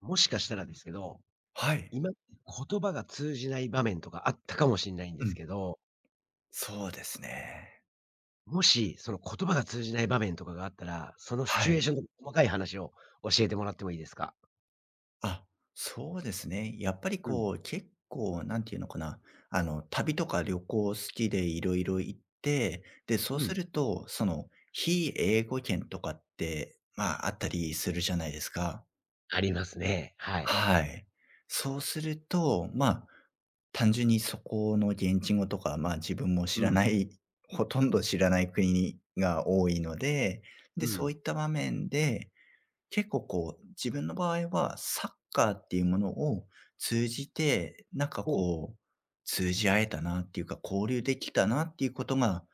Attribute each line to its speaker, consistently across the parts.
Speaker 1: もしかしたらですけど、
Speaker 2: はい。
Speaker 1: 今言葉が通じない場面とかあったかもしんないんで
Speaker 2: う
Speaker 1: す
Speaker 2: ん。
Speaker 1: けど、
Speaker 2: そうですね。
Speaker 1: もし、その言葉が通じない場面とかがあったら、そのシ
Speaker 2: は
Speaker 1: チュエ
Speaker 2: い。
Speaker 1: ーションの細かい話を教えてもらってもいいですか？
Speaker 2: あ、そうですね。やっぱり
Speaker 1: うん、
Speaker 2: こう、結構、なんていうのかな。あの、旅とか旅行好きでいろいろ行って、で、そう
Speaker 1: う
Speaker 2: す
Speaker 1: ん。
Speaker 2: ると、その、非英語圏とかって、まあ、あったりするじゃないですか。
Speaker 1: ありますね。はい。
Speaker 2: はい。そうすると、まあ、単純にそこの現地語とか、まあ自分も知
Speaker 1: う
Speaker 2: ら
Speaker 1: ん、
Speaker 2: ない、ほとんど知らない国が多いので、
Speaker 1: う
Speaker 2: で、そうい
Speaker 1: ん。
Speaker 2: った場面で、結構こう、自分の場合はサッカーっていうものを通じて、なんか
Speaker 1: ほう。
Speaker 2: こう、通じ合えたなっていうか、交流できたなっていうことが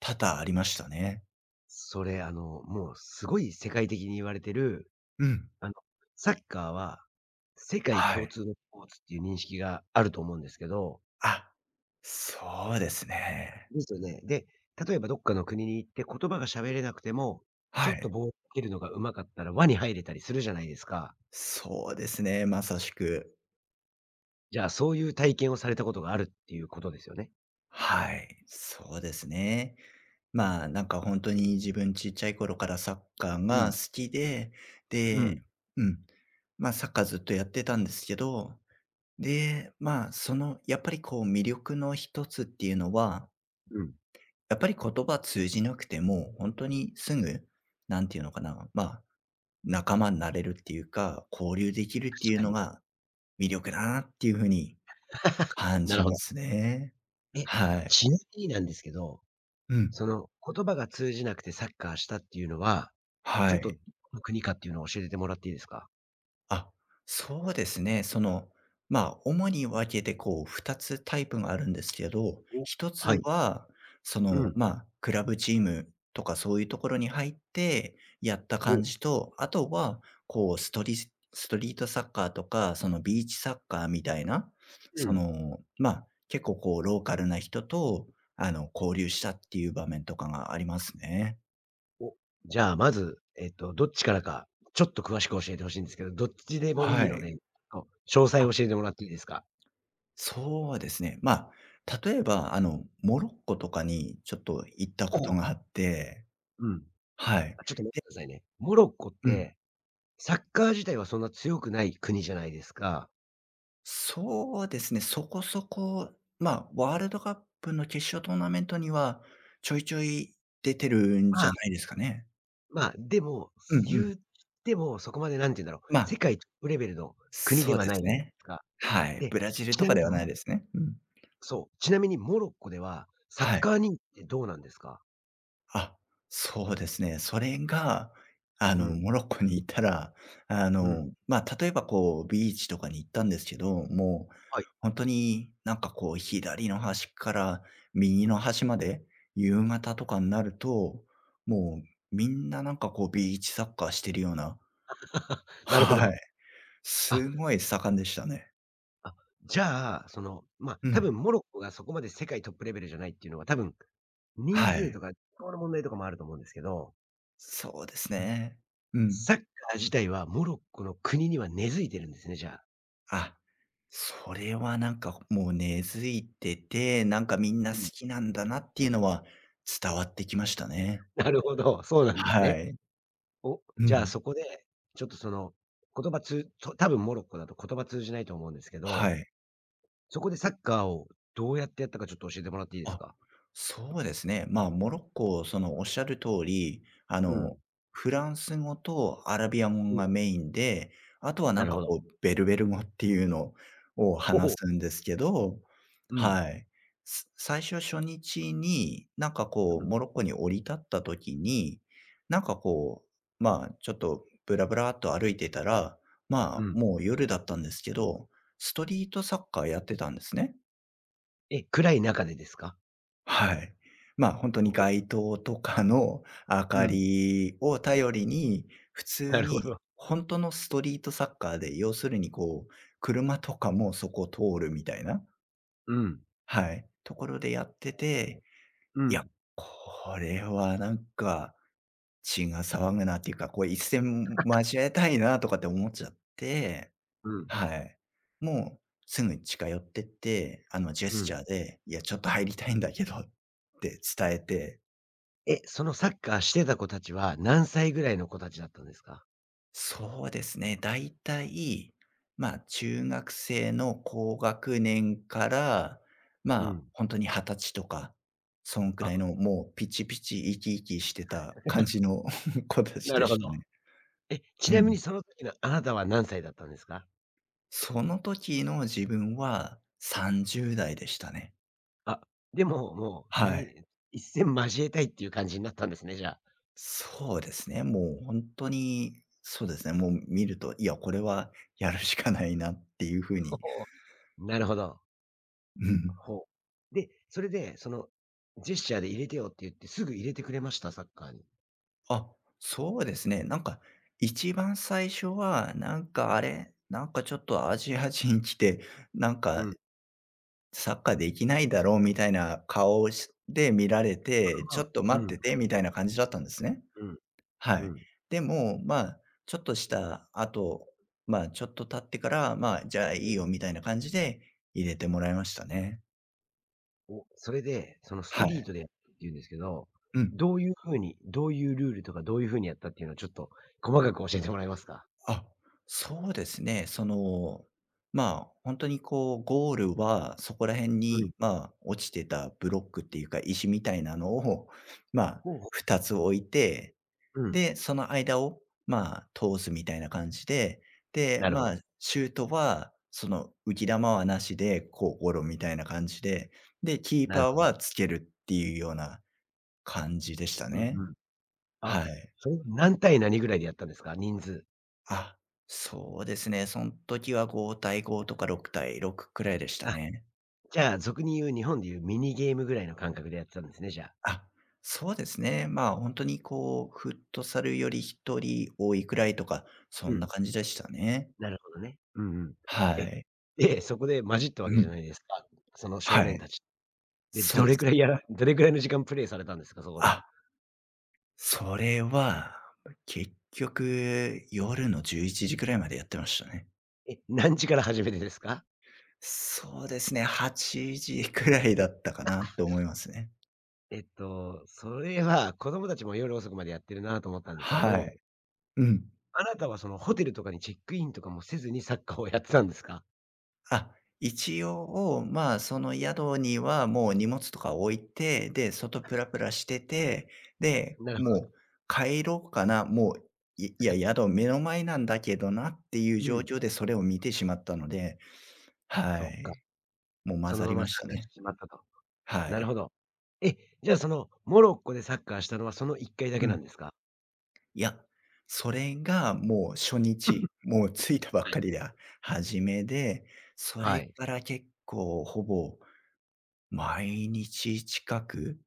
Speaker 2: 多々ありましたね。
Speaker 1: それ、もうすごい世界的に言われてる、
Speaker 2: うん。
Speaker 1: あの、サッカーは、世界
Speaker 2: は
Speaker 1: 共
Speaker 2: い。
Speaker 1: 通のスポーツっていう認識があると思うんですけど、
Speaker 2: あ、そうですね。
Speaker 1: ですよね。で、例えばどっかの国に行って言葉が喋れなくても、ちょ
Speaker 2: は
Speaker 1: っと
Speaker 2: い。
Speaker 1: 棒を蹴るのが上手かったら輪に入れたりするじゃないですか。
Speaker 2: そうですね、まさしく。
Speaker 1: じゃあ、そういう体験をされたことがあるっていうことですよね。
Speaker 2: はい、そうですね。まあ、なんか本当に自分ちっちゃい頃からサッカー
Speaker 1: う
Speaker 2: が
Speaker 1: ん、
Speaker 2: 好きで、
Speaker 1: う
Speaker 2: で、
Speaker 1: ん、
Speaker 2: うん、ま、あサッカーずっとやってたんですけど、で、まあ、その、やっぱりこう魅力の一つっていうのは、
Speaker 1: うん。
Speaker 2: やっぱり言葉通じなくても、本当にすぐ、なんていうのかな、まあ、仲間になれるっていうか、交流できるって
Speaker 1: 確
Speaker 2: いう
Speaker 1: か
Speaker 2: の
Speaker 1: に。
Speaker 2: が魅力だなっていうふうに感
Speaker 1: な
Speaker 2: じ
Speaker 1: るほ
Speaker 2: ま
Speaker 1: ど。
Speaker 2: すね。
Speaker 1: え、
Speaker 2: はい。
Speaker 1: ちなみになんですけど、
Speaker 2: うん。
Speaker 1: その言葉が通じなくてサッカーしたっていうのは、ちょ
Speaker 2: は
Speaker 1: っと
Speaker 2: い。
Speaker 1: どの国かっていうのを教えてもらっていいですか？
Speaker 2: あ、そうですね。その、まあ、主に分けてこう2つタイプがあるんですけど、
Speaker 1: お、
Speaker 2: 1
Speaker 1: は
Speaker 2: つ
Speaker 1: い。
Speaker 2: は、そ
Speaker 1: う
Speaker 2: の、
Speaker 1: ん。
Speaker 2: まあ、クラブチームとかそういうところに入ってやった
Speaker 1: お、
Speaker 2: 感じと、あとは、こうストリートサッカーとか、そのビーチサッカーみたいな、
Speaker 1: う
Speaker 2: そ
Speaker 1: ん。
Speaker 2: の、まあ、結構こうローカルな人と、あの、交流したっていう場面とかがありますね。
Speaker 1: お、じゃあ、まず、どっちからか、ちょっと詳しく教えて欲しいんですけど、どっちでもい
Speaker 2: は
Speaker 1: いの
Speaker 2: い。
Speaker 1: で、こう、詳細を教えてもらっていいですか？
Speaker 2: そうですね。まあ、例えば、あの、モロッコとかにちょっと行ったこ
Speaker 1: お
Speaker 2: と
Speaker 1: お。
Speaker 2: があって、
Speaker 1: うん。
Speaker 2: はい。
Speaker 1: あ、ちょっと待ってくださいね。モロッコっ
Speaker 2: うん。
Speaker 1: て、サッカー自体はそんな強くない国じゃないですか。
Speaker 2: そうですね、そこそこ、まあ、ワールドカップの決勝トーナメントには、ちょいちょい出てるん
Speaker 1: ま
Speaker 2: じゃ
Speaker 1: あ、
Speaker 2: ないですかね。
Speaker 1: まあ、でも、
Speaker 2: うんうん。
Speaker 1: 言ってもそこまで何て言うんだろ
Speaker 2: ま
Speaker 1: う、世
Speaker 2: あ、
Speaker 1: 界トップレベルの国で
Speaker 2: そう
Speaker 1: は
Speaker 2: で
Speaker 1: ない
Speaker 2: す
Speaker 1: じゃないで
Speaker 2: ね。
Speaker 1: すか。
Speaker 2: はい、
Speaker 1: で、
Speaker 2: ブラジル
Speaker 1: ち
Speaker 2: と
Speaker 1: な
Speaker 2: か
Speaker 1: み
Speaker 2: で
Speaker 1: に
Speaker 2: はない
Speaker 1: も
Speaker 2: ですね。うん。
Speaker 1: そう、ちなみにモロッコでは、サッ
Speaker 2: はい。
Speaker 1: カー人気ってどうなんですか？
Speaker 2: あ、そうですね。それが、あ
Speaker 1: う
Speaker 2: の、
Speaker 1: ん、
Speaker 2: モロッコに行ったら、あ
Speaker 1: うん。
Speaker 2: の、まあ、例えばこう、ビーチとかに行ったんですけど、もう、
Speaker 1: はい。
Speaker 2: 本当になんかこう、左の端から右の端まで、夕方とかになると、もうみんななんかこう、ビーチサッカーしてるような、
Speaker 1: なるほ
Speaker 2: は
Speaker 1: ど。
Speaker 2: い。
Speaker 1: あ、
Speaker 2: すごい盛んでしたね。
Speaker 1: あ、じゃあ、その、まあ、
Speaker 2: う
Speaker 1: 多
Speaker 2: ん。
Speaker 1: 分モロッコがそこまで世界トップレベルじゃないっていうのは、多分、人
Speaker 2: は
Speaker 1: 数
Speaker 2: い。
Speaker 1: とか、この問題とかもあると思うんですけど、
Speaker 2: そうです
Speaker 1: はい。
Speaker 2: ね。うん。
Speaker 1: サッカー自体はモロッコの国には根付いてるんですね、じゃあ。
Speaker 2: あ、それはなんかもう根付いてて、なんかみんな
Speaker 1: うん。
Speaker 2: 好きなんだなっていうのは伝わってきましたね。
Speaker 1: なるほど、そうなんです
Speaker 2: は
Speaker 1: ね。
Speaker 2: い。
Speaker 1: お、
Speaker 2: う
Speaker 1: じゃあ
Speaker 2: ん。
Speaker 1: そこで、ちょっとその、言葉通と多分モロッコだと言葉通じないと思うんですけ
Speaker 2: は
Speaker 1: ど、
Speaker 2: い。
Speaker 1: そこでサッカーをどうやってやったかちょっと教えてもらっていいです
Speaker 2: あ、
Speaker 1: か？
Speaker 2: そうですね。まあ、モロッコ、その、おっしゃる通り、あ
Speaker 1: う
Speaker 2: の、
Speaker 1: ん。
Speaker 2: フランス語とアラビア
Speaker 1: う
Speaker 2: 語
Speaker 1: ん。
Speaker 2: がメインで、あとは
Speaker 1: な
Speaker 2: なん
Speaker 1: る
Speaker 2: か
Speaker 1: ほど。
Speaker 2: こう、ベルベル語っていうのを
Speaker 1: ほ
Speaker 2: 話
Speaker 1: ほ。
Speaker 2: すんですけど、
Speaker 1: うん、
Speaker 2: はい。す最初初日に、なんかこう、
Speaker 1: うん、
Speaker 2: モロッコに降り立った時に、なんかこう、まあ、ちょっとブラブラっと歩いてたら、
Speaker 1: う
Speaker 2: まあ、
Speaker 1: ん。
Speaker 2: もう夜だったんですけど、ストリートサッカーやってたんですね。
Speaker 1: え、暗い中でですか？
Speaker 2: はい。まあ、本当
Speaker 1: ほ
Speaker 2: に
Speaker 1: ほ。
Speaker 2: 街灯とかの明
Speaker 1: う
Speaker 2: か
Speaker 1: ん。
Speaker 2: りを頼りに、普
Speaker 1: な
Speaker 2: 通
Speaker 1: るほ
Speaker 2: に
Speaker 1: ど。
Speaker 2: 本当のストリートサッカーで、要するにこう、車とかもそこ通るみたいな、
Speaker 1: うん。
Speaker 2: はい、ところでやって
Speaker 1: うん。
Speaker 2: て、いや、これはなんか血が騒ぐなっていうか、これ一戦交えたいなとかって思っちゃって、
Speaker 1: うん。
Speaker 2: はい。もうすぐ近寄ってって、あのジェ
Speaker 1: う
Speaker 2: ス
Speaker 1: ん。
Speaker 2: チャーで、いや、ちょっと入りたいんだけどって伝えて、
Speaker 1: え、そのサッカーしてた子たちは、何歳ぐらいの子たちだったんですか？
Speaker 2: そうですね。だいたい、まあ、中学生の高学年から、ま
Speaker 1: う
Speaker 2: あ、
Speaker 1: ん。
Speaker 2: 本当に20歳とか、そんく
Speaker 1: あ、
Speaker 2: らいのもうピチピチ生き生きしてた感じの 子たち
Speaker 1: なる
Speaker 2: で
Speaker 1: ほ
Speaker 2: した
Speaker 1: ど。
Speaker 2: ね。
Speaker 1: え、
Speaker 2: う
Speaker 1: ちなみ
Speaker 2: ん。
Speaker 1: にその時のあなたは何歳だったんですか？
Speaker 2: その時の自分は30代でしたね。
Speaker 1: あ、でも、もうそれ
Speaker 2: はい。
Speaker 1: に一戦交えたいっていう感じになったんですね、じゃあ。
Speaker 2: そうですね。もう本当に、そうですね、もう見ると、いや、これはやるしかないなっていう風に、
Speaker 1: ほう。なるほど。
Speaker 2: うん。
Speaker 1: ほう。で、それで、そのジェスチャーで入れてよって言って、すぐ入れてくれました？サッカーに。
Speaker 2: あ、そうですね。なんか、一番最初は、なんかあれ、なんかちょっとアジア人来て、なん
Speaker 1: う
Speaker 2: か
Speaker 1: ん。
Speaker 2: サッカーできないだろうみたいな顔をしで見られて、
Speaker 1: ま
Speaker 2: ちょ
Speaker 1: あ、
Speaker 2: っと
Speaker 1: う
Speaker 2: 待っ
Speaker 1: ん、
Speaker 2: ててみたいな感じだったんですね。
Speaker 1: うん、
Speaker 2: は
Speaker 1: う
Speaker 2: い。
Speaker 1: ん。
Speaker 2: でも、まあ、ちょっとした後、まあ、ちょっと経ってから、まあ、じゃあいいよみたいな感じで入れてもらいましたね。
Speaker 1: お、それで、そのスト
Speaker 2: は
Speaker 1: リ
Speaker 2: い。
Speaker 1: ートでやるって言うんですけど、
Speaker 2: うん。
Speaker 1: どういう風に、どういうルールとか、どういう風にやったっていうのをちょっと細かく教えてもらえますか？
Speaker 2: あ、そうですね。その、まあ、本当にこう、ゴールはそこら辺
Speaker 1: うん。
Speaker 2: に、まあ、落ちてたブロックっていうか、石みたいなのを、まあ、
Speaker 1: ほうほ
Speaker 2: 2つ置いて、
Speaker 1: う。うん。
Speaker 2: で、その間を、まあ、通すみたいな感じで、で、
Speaker 1: なるほ
Speaker 2: ま
Speaker 1: ど。
Speaker 2: あ、シュートは、その浮き球はなしで、こう、ゴロみたいな感じで、で、キー
Speaker 1: なる
Speaker 2: パー
Speaker 1: ほどね。
Speaker 2: はつけるっていうような感じでした
Speaker 1: うん
Speaker 2: ね。
Speaker 1: うん。あ、
Speaker 2: はい。
Speaker 1: それ何対何ぐらいでやったんですか？人数。
Speaker 2: あ、そうですね。その時は5対5とか6対6くらいでした
Speaker 1: あ、
Speaker 2: ね。
Speaker 1: じゃあ、俗に言う日本で言うミニゲームぐらいの感覚でやってたんですね、じゃあ。
Speaker 2: あ、そうですね。まあ、本当にこう、フットサルより1人多いくらいとか、そ
Speaker 1: う
Speaker 2: んな
Speaker 1: ん。
Speaker 2: 感じでしたね。
Speaker 1: なるほどね。うんうん。
Speaker 2: は
Speaker 1: え、
Speaker 2: い。
Speaker 1: で、そこで混じったわけ
Speaker 2: う
Speaker 1: じゃ
Speaker 2: ん。
Speaker 1: ないですか。その少
Speaker 2: は
Speaker 1: 年
Speaker 2: い。
Speaker 1: たち。で、
Speaker 2: そうですね。
Speaker 1: どれくらいの時間プレイされたんですか？そこで。
Speaker 2: あ、それは、結局、夜の11時くらいまでやってましたね。
Speaker 1: え、何時から始めてですか？
Speaker 2: そうですね、8時くらいだったかなって思いますね。
Speaker 1: それは子供たちも夜遅くまでやってるなと思ったんですけ
Speaker 2: は
Speaker 1: ど、
Speaker 2: い。うん。
Speaker 1: あなたはそのホテルとかにチェックインとかもせずにサッカーをやってたんですか？
Speaker 2: あ、一応、まあ、その
Speaker 1: うん、
Speaker 2: 宿にはもう荷物とか置いて、で、外プラプラしてて、で、
Speaker 1: なるほ
Speaker 2: も
Speaker 1: ど。
Speaker 2: う帰ろうかな、もう、いいや、宿目の前なんだけどなっていう
Speaker 1: う
Speaker 2: 状
Speaker 1: ん。
Speaker 2: 況でそれを見てしまったので、
Speaker 1: そ
Speaker 2: は
Speaker 1: っか。
Speaker 2: い。もう混
Speaker 1: その
Speaker 2: ざ
Speaker 1: ま
Speaker 2: り
Speaker 1: ま
Speaker 2: ました
Speaker 1: 参加し
Speaker 2: ね。
Speaker 1: てしまったと。
Speaker 2: は
Speaker 1: なるほ
Speaker 2: い。
Speaker 1: ど。え、じゃあそのモロッコでサッカーしたのはその1回だけ
Speaker 2: う
Speaker 1: な
Speaker 2: ん。
Speaker 1: んですか？
Speaker 2: いや、それがもう初日、もう着いた ばっ
Speaker 1: はい。
Speaker 2: かりで初めで、そ
Speaker 1: は
Speaker 2: れ
Speaker 1: い。
Speaker 2: から結構ほぼ毎日近く、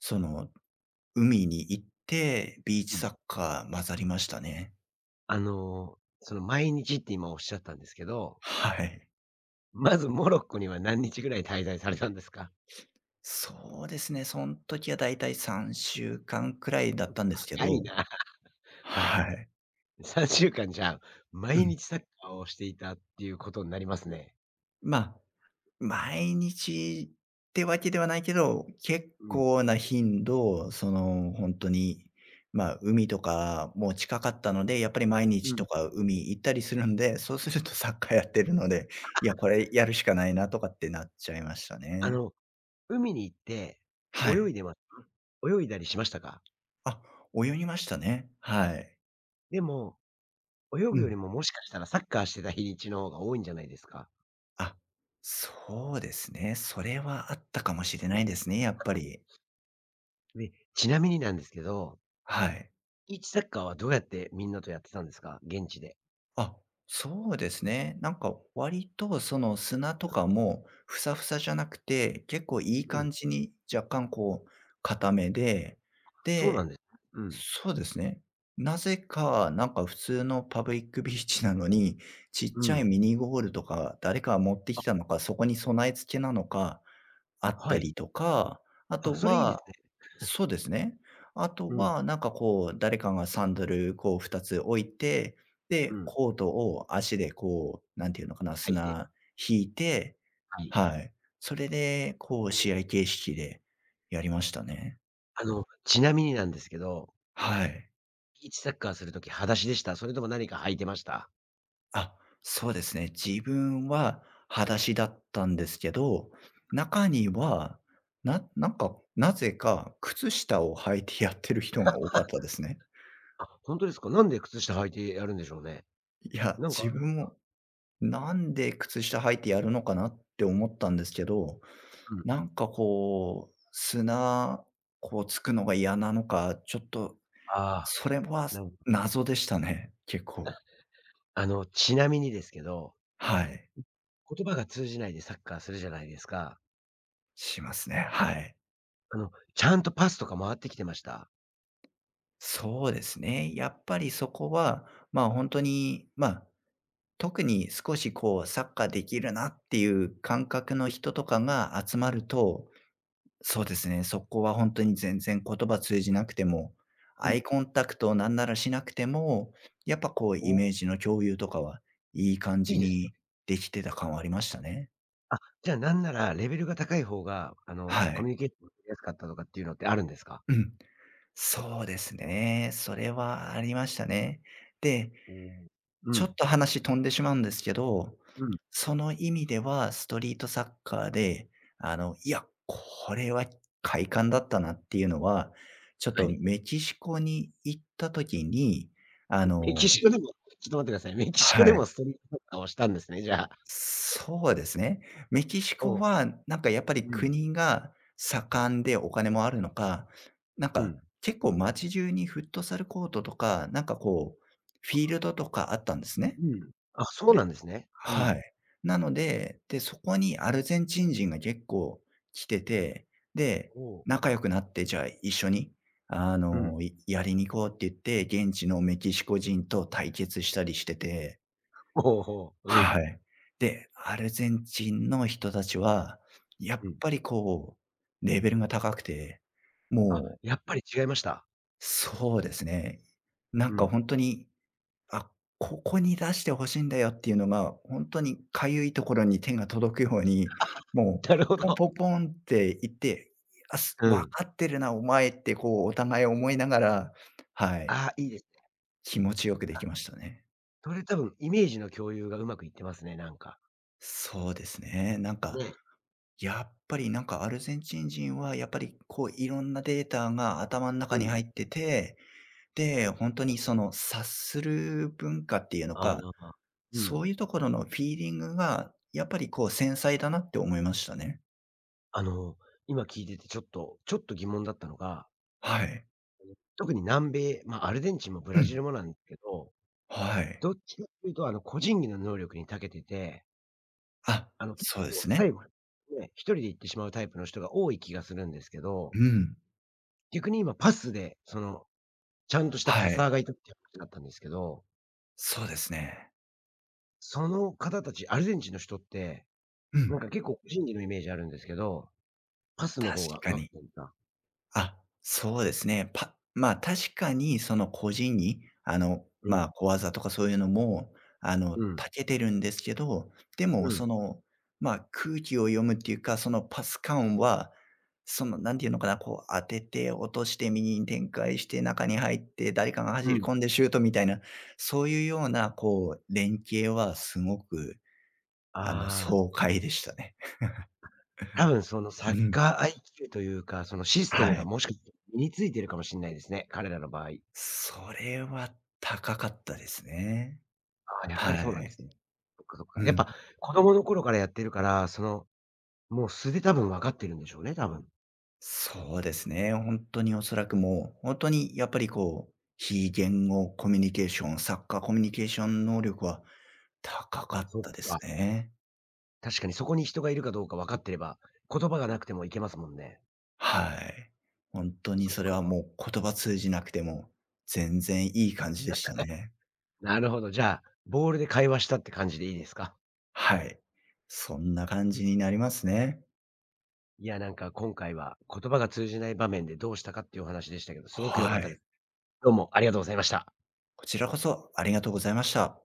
Speaker 2: その、海に行って、ビーチ
Speaker 1: う
Speaker 2: サ
Speaker 1: ん。
Speaker 2: ッカー混ざりましたね。
Speaker 1: その毎日って今おっしゃったんですけど、
Speaker 2: はい。
Speaker 1: まずモロッコには何日ぐらい滞在されたんですか？
Speaker 2: そうですね、そん時はだいたい3週間くらいだったんですけ
Speaker 1: 長い
Speaker 2: ど。
Speaker 1: な。はい。
Speaker 2: はい。
Speaker 1: 3週間じゃあ、
Speaker 2: う
Speaker 1: 毎
Speaker 2: ん。
Speaker 1: 日サッカーをしていたっていうことになりますね。
Speaker 2: ま毎日ってわけではないけど、結
Speaker 1: うん。
Speaker 2: 構な頻度、その、ほんとに、ま、あ海とかも近かったので、やっぱり毎
Speaker 1: う
Speaker 2: 日
Speaker 1: ん。
Speaker 2: とか海行ったりするんで、そうすると サッカーやってるので、いや、これやるしかないなとかってなっちゃいました
Speaker 1: あ
Speaker 2: ね。
Speaker 1: の、海に行って
Speaker 2: は
Speaker 1: 泳
Speaker 2: い。
Speaker 1: いでます？泳いだりしましたか？
Speaker 2: あ、泳ぎましたね。はい。
Speaker 1: でも、泳ぐ
Speaker 2: う
Speaker 1: よ
Speaker 2: ん。
Speaker 1: りももしかしたらサッカーしてた日にちの方が多いんじゃないですか？
Speaker 2: あ、そうですね。それはあったかもしれないですね、やっぱり。
Speaker 1: で、ちなみになんですけど、
Speaker 2: はい。
Speaker 1: ビーチサッカーはどうやってみんなとやってたんですか？現地で。
Speaker 2: あ、そうですね。なんか割とその砂とかもふさふさじゃなくて、結構いい
Speaker 1: うん。
Speaker 2: 感じに若干こう固めで、
Speaker 1: そうな
Speaker 2: で、
Speaker 1: んです。うん。
Speaker 2: そうですね。なぜか、なんか普通のパブリックビーチなのに、ちっ
Speaker 1: う
Speaker 2: ちゃい
Speaker 1: ん。
Speaker 2: ミニゴールとか誰かが持ってきたのか、そこに備え付けなのか、あっ
Speaker 1: は
Speaker 2: た
Speaker 1: い。
Speaker 2: りとか、あ
Speaker 1: あ、
Speaker 2: と
Speaker 1: それいいです
Speaker 2: は
Speaker 1: ね。
Speaker 2: そうですね。あ
Speaker 1: う
Speaker 2: と
Speaker 1: ん、
Speaker 2: は、なんかこう、誰かがサンダル、こう2つ置いて、
Speaker 1: う
Speaker 2: で、
Speaker 1: ん。
Speaker 2: コートを足でこう、なんていうのかな、
Speaker 1: 書いて。
Speaker 2: 砂引いて、
Speaker 1: はい。
Speaker 2: はい。それで、こう試合形式でやりましたね。
Speaker 1: ちなみになんですけど、
Speaker 2: はい。
Speaker 1: ビーチサッカーするとき裸足でした？それとも何か履いてました？
Speaker 2: あ、そうですね。自分は裸足だったんですけど、中には、なんか、なぜか靴下を履いてやってる人が多かったですね。
Speaker 1: あ、ほんとですか？なんで靴下履いてやるんでしょうね？
Speaker 2: いや、
Speaker 1: なんかあ
Speaker 2: 自
Speaker 1: るんで
Speaker 2: 分
Speaker 1: すか？
Speaker 2: もなんで靴下履いてやるのかなって思ったんですけど、
Speaker 1: うん。
Speaker 2: なんかこう、砂、こうつくのが嫌なのか、ちょっと、
Speaker 1: ああ、
Speaker 2: それは
Speaker 1: なる
Speaker 2: 謎でしたね、結構。
Speaker 1: あの、ちなみにですけど、
Speaker 2: はい。
Speaker 1: 言葉が通じないでサッカーするじゃないですか。
Speaker 2: しますね、はい。
Speaker 1: ちゃんとパスとか回ってきてました？
Speaker 2: そうですね。やっぱりそこは、本当に、特に少しこうサッカーできるなっていう感覚の人とかが集まると、そうですね、そこは本当に全然言葉通じなくても、
Speaker 1: う
Speaker 2: ア
Speaker 1: ん。
Speaker 2: イコンタクトをなんならしなくても、やっぱこうイメ
Speaker 1: お。
Speaker 2: ージの共有とかはいい感
Speaker 1: い
Speaker 2: じ
Speaker 1: いです。
Speaker 2: にできてた感はありましたね。
Speaker 1: あ、じゃあなんならレベルが高い方が、
Speaker 2: は
Speaker 1: コミュ
Speaker 2: い。
Speaker 1: ニケーション取りやすかったとかっていうのってあるんですか？
Speaker 2: うん。そうですね。それはありましたね。で、
Speaker 1: おお。う
Speaker 2: ちょ
Speaker 1: ん、
Speaker 2: っと話飛んでしまうんですけど、
Speaker 1: うん、
Speaker 2: その意味ではストリートサッカーで、いや、これは快感だったなっていうのは、ちょっ
Speaker 1: は
Speaker 2: と
Speaker 1: い。
Speaker 2: メキシコに行った時に、あ
Speaker 1: メキ
Speaker 2: の
Speaker 1: シコでもちょっと待ってください。メキシコ
Speaker 2: は
Speaker 1: で
Speaker 2: い。
Speaker 1: もサッカーをしたんですね、じゃあ。
Speaker 2: そうですね。メキシ
Speaker 1: お
Speaker 2: コ
Speaker 1: お、
Speaker 2: はなんかやっぱり
Speaker 1: うん。
Speaker 2: 国が盛んでお金もあるのか、なん
Speaker 1: う
Speaker 2: か
Speaker 1: ん。
Speaker 2: 結構街中にフットサルコートとか、なんかこう、フィールドとかあったんですね。
Speaker 1: うん。あ、そうな
Speaker 2: で
Speaker 1: んですね。う
Speaker 2: は
Speaker 1: ん。
Speaker 2: い。なので、で、そこにアルゼンチン人が結構来てて、で、
Speaker 1: おう、
Speaker 2: 仲良くなって、じゃあ一緒に、
Speaker 1: うん。
Speaker 2: いやりに行こうって言って、現地のメキシコ人と対決したりしてて、
Speaker 1: ほうほう。うん。
Speaker 2: はい。で、アルゼンチンの人たちは、や
Speaker 1: う
Speaker 2: っ
Speaker 1: ん。
Speaker 2: ぱりこう、レベルが高くて、
Speaker 1: あ、
Speaker 2: もう、
Speaker 1: やっぱり違いました？
Speaker 2: そうですね。な
Speaker 1: う
Speaker 2: んか
Speaker 1: ん。
Speaker 2: 本当に、あ、ここに出してほしいんだよっていうのが、ほんとにかゆいところに手が届くように、も う
Speaker 1: なるほ
Speaker 2: ポン
Speaker 1: ど。
Speaker 2: ポンポンって言って、あ、す
Speaker 1: う
Speaker 2: 「分
Speaker 1: ん。
Speaker 2: かってるな、お前」ってこうお互い思いながら、はい、
Speaker 1: ああ、いいです。
Speaker 2: 気持ちよくできましたね。
Speaker 1: それ多分イメージの共有がうまくいってますね、なんか。
Speaker 2: そうですね。なんか、
Speaker 1: ね。
Speaker 2: やっぱりなんかアルゼンチン人はやっぱりこういろんなデータが頭ん中
Speaker 1: う
Speaker 2: に
Speaker 1: ん。
Speaker 2: 入ってて、で、ほんとにその察する文化っていうの
Speaker 1: あ
Speaker 2: か、
Speaker 1: あ。う
Speaker 2: そ
Speaker 1: ん。
Speaker 2: ういうところのフィーリングが、やっぱりこう繊細だなって思いましたね。
Speaker 1: あの、今聞いててちょっと疑問だったのが、
Speaker 2: はい。
Speaker 1: 特に南米、まあ、アルゼンチンもブ
Speaker 2: う
Speaker 1: ラジ
Speaker 2: ん。
Speaker 1: ルもなんですけど、
Speaker 2: はい。
Speaker 1: どっちかっていうと個人技の能力に長けてて、
Speaker 2: あ、
Speaker 1: 結
Speaker 2: そうで
Speaker 1: 構
Speaker 2: す
Speaker 1: 最
Speaker 2: ね。
Speaker 1: 後ね、一人で行ってしまうタイプの人が多い気がするんですけど、
Speaker 2: うん。
Speaker 1: 逆に今パスで、その、ちゃんとした
Speaker 2: は
Speaker 1: パ
Speaker 2: い。
Speaker 1: サーがいたって話だったんですけど、
Speaker 2: そうですね。
Speaker 1: その方たち、アルゼンチンの人って、
Speaker 2: う
Speaker 1: な
Speaker 2: ん。
Speaker 1: んか結構個人技のイメージあるんですけど、パスの
Speaker 2: 確
Speaker 1: 方が
Speaker 2: か
Speaker 1: 上手
Speaker 2: に。
Speaker 1: くなった。
Speaker 2: あ、そうですね。パ、確かにその個人に
Speaker 1: うん、
Speaker 2: 小技とかそういうのも、あの、
Speaker 1: うん、
Speaker 2: 長けてるんですけど、で
Speaker 1: う
Speaker 2: もそ
Speaker 1: ん、
Speaker 2: の、空気を読むっていうか、そのパス感は、その、なんていうのかな、こう当てて落として右に展開して中に入って、誰かが
Speaker 1: う
Speaker 2: 走り
Speaker 1: ん。
Speaker 2: 込んでシュートみたいな、そういうようなこう連携はすごく、あの、
Speaker 1: ああ、
Speaker 2: 爽快でしたね。
Speaker 1: 多分そのサ
Speaker 2: う
Speaker 1: ッ
Speaker 2: ん。
Speaker 1: カー IQ というか、そのシステ
Speaker 2: は
Speaker 1: ムが
Speaker 2: い。
Speaker 1: もしかして身についてるかもしんないですね、彼らの場合。
Speaker 2: それは高かったですね。
Speaker 1: ああ、やっぱり
Speaker 2: は
Speaker 1: そうなんで
Speaker 2: い。
Speaker 1: すね。そっかそっか。
Speaker 2: う
Speaker 1: やっ
Speaker 2: ん。
Speaker 1: ぱ子供の頃からやってるから、その、もう素で多分分かってるんでしょうね、多分。
Speaker 2: そうですね。本当におそらくもう、本当にやっぱりこう、非言語コミュニケーション、作家コミュニケーション能力は高かっ
Speaker 1: そっ
Speaker 2: たで
Speaker 1: か。
Speaker 2: すね。
Speaker 1: 確かにそこに人がいるかどうか分かってれば、言葉がなくてもいけますもんね。
Speaker 2: はい。本当に
Speaker 1: そっ
Speaker 2: それ
Speaker 1: か。
Speaker 2: はもう言葉通じなくても、全然いい感じでしたね。
Speaker 1: なるほど。じゃあ、ボールで会話したって感じでいいですか？
Speaker 2: はい。そんな感じになりますね。
Speaker 1: いや、なんか今回は言葉が通じない場面でどうしたかっていうお話でしたけど、すごく良かっ
Speaker 2: は
Speaker 1: たで
Speaker 2: い。
Speaker 1: す。どうもありがとうございました。
Speaker 2: こちらこそありがとうございました。